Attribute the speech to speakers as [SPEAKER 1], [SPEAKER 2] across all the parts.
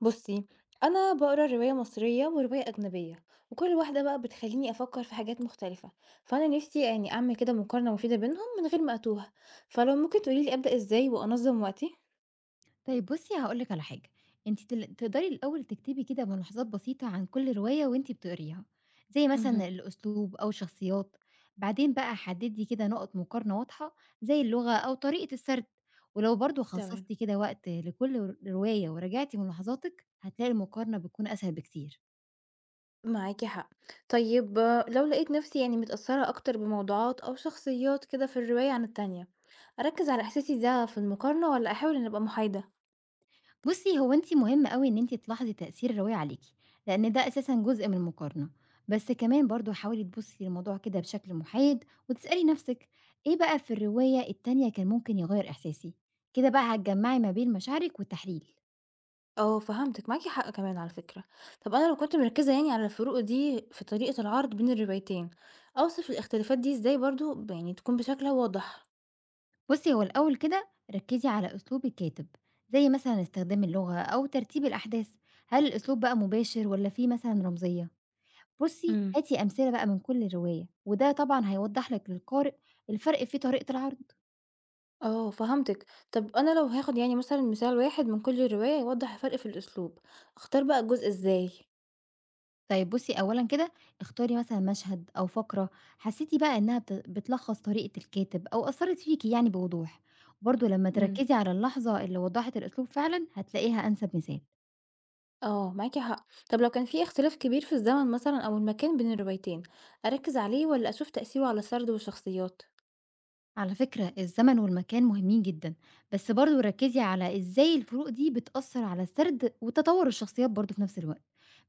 [SPEAKER 1] بصي، انا بقرا روايه مصريه وروايه اجنبيه، وكل واحده بقى بتخليني افكر في حاجات مختلفه. فانا نفسي يعني اعمل كده مقارنه مفيده بينهم من غير ما اتوه. فلو ممكن تقوليلي ابدا ازاي وانظم وقتي؟
[SPEAKER 2] طيب بُصّي هاقول لِك على حاجة، أنتِ تقدري الأول تكتبي كده ملاحظات بسيطة عن كل رواية وأنتِ بتقريها، زي مثلًا
[SPEAKER 1] امم.
[SPEAKER 2] الأسلوب أو الشخصيات، بعدين بقى حددي كده نقط مقارنة واضحة زي اللغة أو طريقة السرد، ولو برضه
[SPEAKER 1] تمام،
[SPEAKER 2] خصصتِ كده وقت لكل رواية وراجعتِ ملاحظاتِك، هتلاقي المقارنة بتكون أسهل بكتير.
[SPEAKER 1] معاكي حق. طيب آه، لو لقيت نفسي يعني متاثره اكتر بموضوعات او شخصيات كده في الروايه عن التانية، اركز على احساسي ده في المقارنه ولا احاول ان ابقى محايده؟
[SPEAKER 2] بُصّي، هو أنتِ مهم أوي إن أنتِ تلاحظي تأثير الرواية عليكِ، لإن ده أساسًا جزء من المقارنة، بس كمان برضه حاولي تبُصّي للموضوع كده بشكل محايد وتسألي نَفْسِك إيه بقى في الرواية التانية كان ممكن يغيّر إحساسي؟ كده بقى هتجمّعي ما بين مشاعرِك والتحليل.
[SPEAKER 1] آه، فهمتِك، معاكِ حق كمان على فكرة. طب أنا لو كنت مركّزة يعني على الفروق دي في طريقة العرض بين الروايتين، أوصف الاختلافات دي إزاي برضه يعني تكون بشكل واضح؟
[SPEAKER 2] بُصّي، هو الأول كده ركّزي على أسلوب الكاتب، زي مثلًا استخدام اللغة أو ترتيب الأحداث، هل الأسلوب بقى مباشر والّا في مثلًا رمزية؟ بُصّي،
[SPEAKER 1] امم.
[SPEAKER 2] هاتي أمثلة بقى من كل رواية، وده طبعًا هيوضّح لِك للقارئ الفرق في طريقة العرض.
[SPEAKER 1] آه، فهمتِك. طب أنا لو هاخد يعني مثلًا مثال واحد من كل رواية يوضّح الفرق في الأسلوب، أختار بقى الجزء إزاي؟
[SPEAKER 2] طيب بُصّي، أولًا كده اختاري مثلًا مشهد أو فقرة حسّيتِ بقى إنها بتلخّص طريقة الكاتب أو أثّرت فيكِ يعني بوضوح، وبرضه لمّا
[SPEAKER 1] امم.
[SPEAKER 2] تركّزي على اللحظة اللي وضّحت الأسلوب فعلًا هتلاقيها أنسب مثال.
[SPEAKER 1] آه، معاكِ حق. طب لو كان في اختلاف كبير في الزمن مثلًا أو المكان بين الروايتين، أركّز عليه والّا أشوف تأثيره على السرد والشخصيات؟
[SPEAKER 2] على فكرة الزمن والمكان مهمين جدًا، بس برضه ركّزي على إزاي الفروق دي بتأثّر على السرد وتطوّر الشخصيات برضه في نفس الوقت.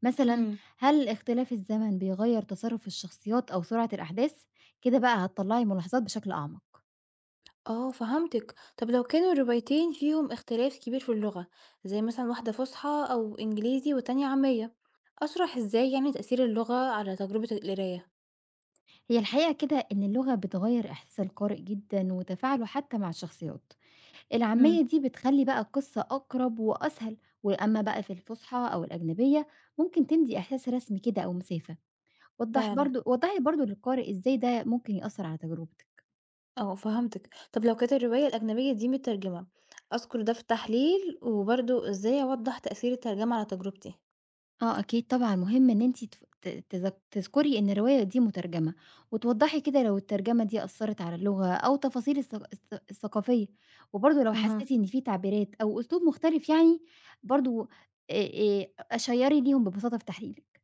[SPEAKER 2] مثلًا
[SPEAKER 1] امم.
[SPEAKER 2] هل اختلاف الزمن بيغيّر تصرُّف الشخصيات أو سرعة الأحداث؟ كده بقى هتطلّعي ملاحظات بشكل أعمق.
[SPEAKER 1] آه، فهمتِك، طب لو كانوا الروايتين فيهم اختلاف كبير في اللغة، زي مثلًا واحدة فصحى أو إنجليزي والتانية عامية، أشرح إزاي يعني تأثير اللغة على تجربة القراية؟
[SPEAKER 2] هي الحقيقة كده إن اللغة بتغير إحساس القارئ جدا وتفاعله حتى مع الشخصيات. العامية
[SPEAKER 1] امم.
[SPEAKER 2] دي بتخلي بقى القصة أقرب وأسهل، وأما بقى في الفصحى أو الأجنبية ممكن تدي إحساس رسمي كده أو مسافة.
[SPEAKER 1] فعلًا.
[SPEAKER 2] وضحي برضو للقارئ إزاي ده ممكن يأثر على تجربته.
[SPEAKER 1] آه، فهمتِك، طب لو كانت الرواية الأجنبية دي مترجمة، أذكر ده في التحليل وبرضه إزاي أوضح تأثير الترجمة على تجربتي؟
[SPEAKER 2] آه أكيد طبعًا، مهم إن أنتِ تف ت تذك تذكري إن الرواية دي مترجمة، وتوضّحي كده لو الترجمة دي أثّرت على اللغة أو تفاصيل الثقافية، وبرضه لو
[SPEAKER 1] اها.
[SPEAKER 2] حسيتِ إن في تعبيرات أو أسلوب مختلف يعني برضه آآ شيّري ليهم ببساطة في تحليلِك.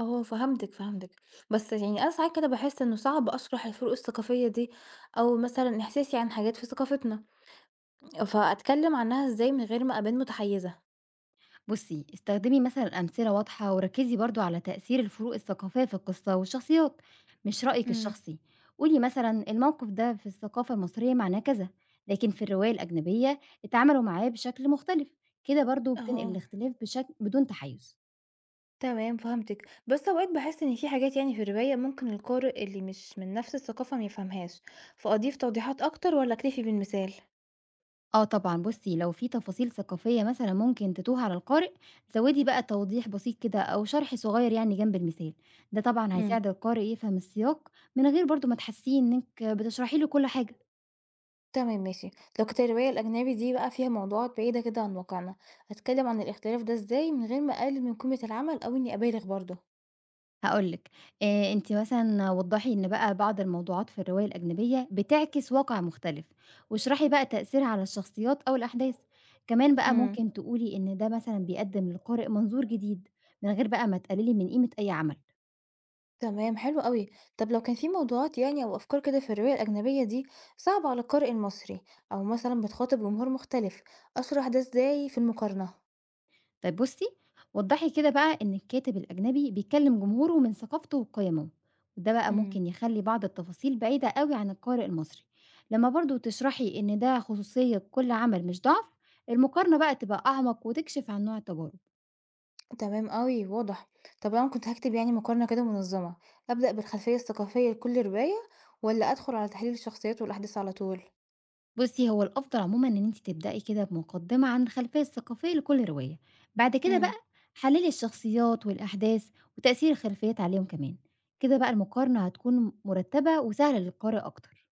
[SPEAKER 1] اه، فهمتِك فهمتِك. بس يعني انا ساعات كده بحس انه صعب اشرح الفروق الثقافية دي او مثلا احساسي عن حاجات في ثقافتنا، فأتكلّم عنها إزاي من غير ما أبان متحيّزة؟
[SPEAKER 2] بُصّي، استخدمي مثلًا أمثلة واضحة وركّزي برضه على تأثير الفروق الثقافية في القصة والشخصيات، مش رأيِك
[SPEAKER 1] إمم.
[SPEAKER 2] الشخصي. قولي مثلًا الموقف ده في الثقافة المصرية معناه كذا، لكن في الرواية الأجنبية اتعاملوا معاه بشكل مختلف، كده برضه بتنقل
[SPEAKER 1] آه،
[SPEAKER 2] الاختلاف بشكل بدون تحيُّز.
[SPEAKER 1] تمام فهمتِك، بس أوقات باحس إن في حاجات يعني في الرواية ممكن القارئ اللي مش من نفس الثقافة ما يفهمهاش، فأضيف توضيحات أكتر والّا أكتفي بالمثال؟
[SPEAKER 2] آه طبعًا بُصّي، لو في تفاصيل ثقافية مثلًا ممكن تتوه على القارئ، زوّدي بقى توضيح بسيط كده أو شرح صغير يعني جنب المثال، ده طبعًا
[SPEAKER 1] إمم.
[SPEAKER 2] هيساعد القارئ يفهم السياق من غير برضه ما تحسّيه إنِّك بتشرحي له كل حاجة.
[SPEAKER 1] تمام ماشي، لو كانت الرواية الأجنبي دي بقى فيها موضوعات بعيدة كده عن واقعنا، أتكلّم عن الاختلاف ده إزاي من غير ما أقلل من قيمة العمل أو إني أبالغ برضه؟
[SPEAKER 2] هاقول لِك، أنتِ مثلًا وضّحي إن بقى بعض الموضوعات في الرواية الأجنبية بتعكس واقع مختلف، واشرحي بقى تأثيرها على الشخصيات أو الأحداث، كمان بقى
[SPEAKER 1] إمم.
[SPEAKER 2] ممكن تقولي إن ده مثلًا بيقدّم للقارئ منظور جديد، من غير بقى ما تقللي من قيمة أي عمل.
[SPEAKER 1] تمام حلو قوي. طب لو كان في موضوعات يعني او افكار كده في الرواية الأجنبية دي صعبة على القارئ المصري او مثلا بتخاطب جمهور مختلف، اشرح ده ازاي في المقارنة؟
[SPEAKER 2] طيب بُصّي، وضّحي كده بقى إن الكاتب الأجنبي بيكلّم جمهوره من ثقافته وقيمه، وده بقى
[SPEAKER 1] امم.
[SPEAKER 2] ممكن يخلّي بعض التفاصيل بعيدة أوي عن القارئ المصري، لمّا برضه تشرحي إن ده خصوصية كل عمل مش ضعف، المقارنة بقى تبقى أعمق وتكشف عن نوع التجارب.
[SPEAKER 1] تمام قوي واضح. طب لو انا كنت هكتب يعني مقارنة كده منظمة، أبدأ بالخلفية الثقافية لكل رواية ولا ادخل على تحليل الشخصيات والأحداث على طول؟
[SPEAKER 2] بُصّي، هو الأفضل عمومًا إن أنتِ تبدئي كده بمقدمة عن الخلفية الثقافية لكل رواية، بعد كده
[SPEAKER 1] امم.
[SPEAKER 2] بقى حلّلي الشخصيات والأحداث وتأثير الخلفيات عليهم كمان، كده بقى المقارنة هتكون مرتبة وسهلة للقارئ أكتر.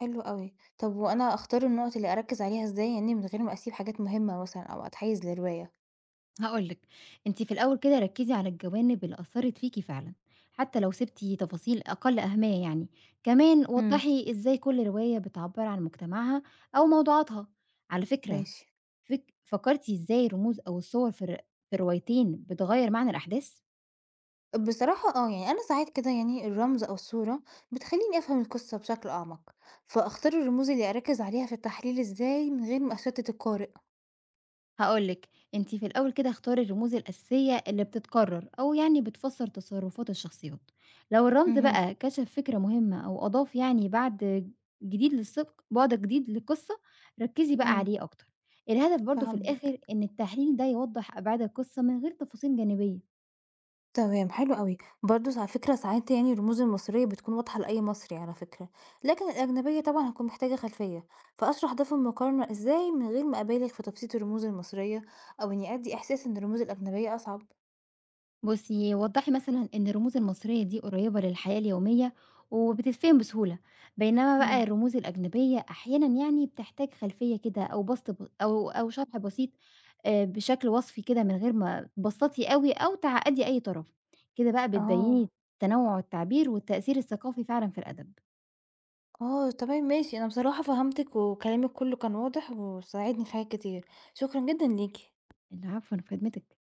[SPEAKER 1] حلو قوي. طب وانا اختار النقط اللي اركز عليها ازاي يعني من غير ما اسيب حاجات مهمة مثلا او اتحيز لرواية؟
[SPEAKER 2] هاقول لِك، أنتِ في الأول كده ركّزي على الجوانب اللي أثّرت فيكِ فعلًا، حتى لو سِبتِ تفاصيل أقل أهمية يعني، كمان
[SPEAKER 1] امم.
[SPEAKER 2] وضّحي إزاي كل رواية بتعبّر عن مجتمعها أو موضوعاتها، على فكرة
[SPEAKER 1] ماشي.
[SPEAKER 2] فكرتِ إزاي الرموز أو الصور في الروايتين بتغيّر معنى الأحداث؟
[SPEAKER 1] بصراحة آه، يعني أنا ساعات كده يعني الرمز أو الصورة بتخليني أفهم القصة بشكل أعمق، فأختار الرموز اللي أركز عليها في التحليل إزاي من غير ما أشتت القارئ؟
[SPEAKER 2] هاقول لِك، أنتِ في الأول كده اختاري الرموز الأساسية اللي بتتكرر أو يعني بتفسّر تصرفات الشخصيات، لو الرمز
[SPEAKER 1] امم.
[SPEAKER 2] بقى كشف فكرة مهمة أو أضاف يعني بعد جديد للقصة، ركّزي بقى
[SPEAKER 1] امم.
[SPEAKER 2] عليه أكتر، الهدف برضه في الآخر
[SPEAKER 1] فهمتك.
[SPEAKER 2] إن التحليل ده يوضّح أبعاد القصة من غير تفاصيل جانبية.
[SPEAKER 1] تمام حلو قوي. برضو على فكرة ساعات يعني الرموز المصرية بتكون واضحة لأي مصري على فكرة، لكن الأجنبية طبعا هتكون محتاجة خلفية، فأشرح ده في المقارنة إزاي من غير ما أبالغ في تبسيط الرموز المصرية أو إني أدي إحساس إن الرموز الأجنبية أصعب؟
[SPEAKER 2] بُصّي، وضّحي مثلًا إن الرموز المصرية دي قريّبة للحياة اليومية وبتتفهم بسهولة، بينما بقى
[SPEAKER 1] مم.
[SPEAKER 2] الرموز الأجنبية أحيانًا يعني بتحتاج خلفية كده أو بسط ب أو أو شرح بسيط بشكل وصفي كده من غير ما تبسّطي أوي أو تعقّدي أي طرف، كده بقى
[SPEAKER 1] اه.
[SPEAKER 2] بتبيّني تنوُع التعبير والتأثير الثقافي فعلًا في الأدب.
[SPEAKER 1] آه، تمام ماشي، أنا بصراحة فهمتِك وكلامِك كُلّه كان واضح وساعدني في حاجات كتير، شكرًا جدًا ليكِ.
[SPEAKER 2] العفو، أنا في خدمتِك.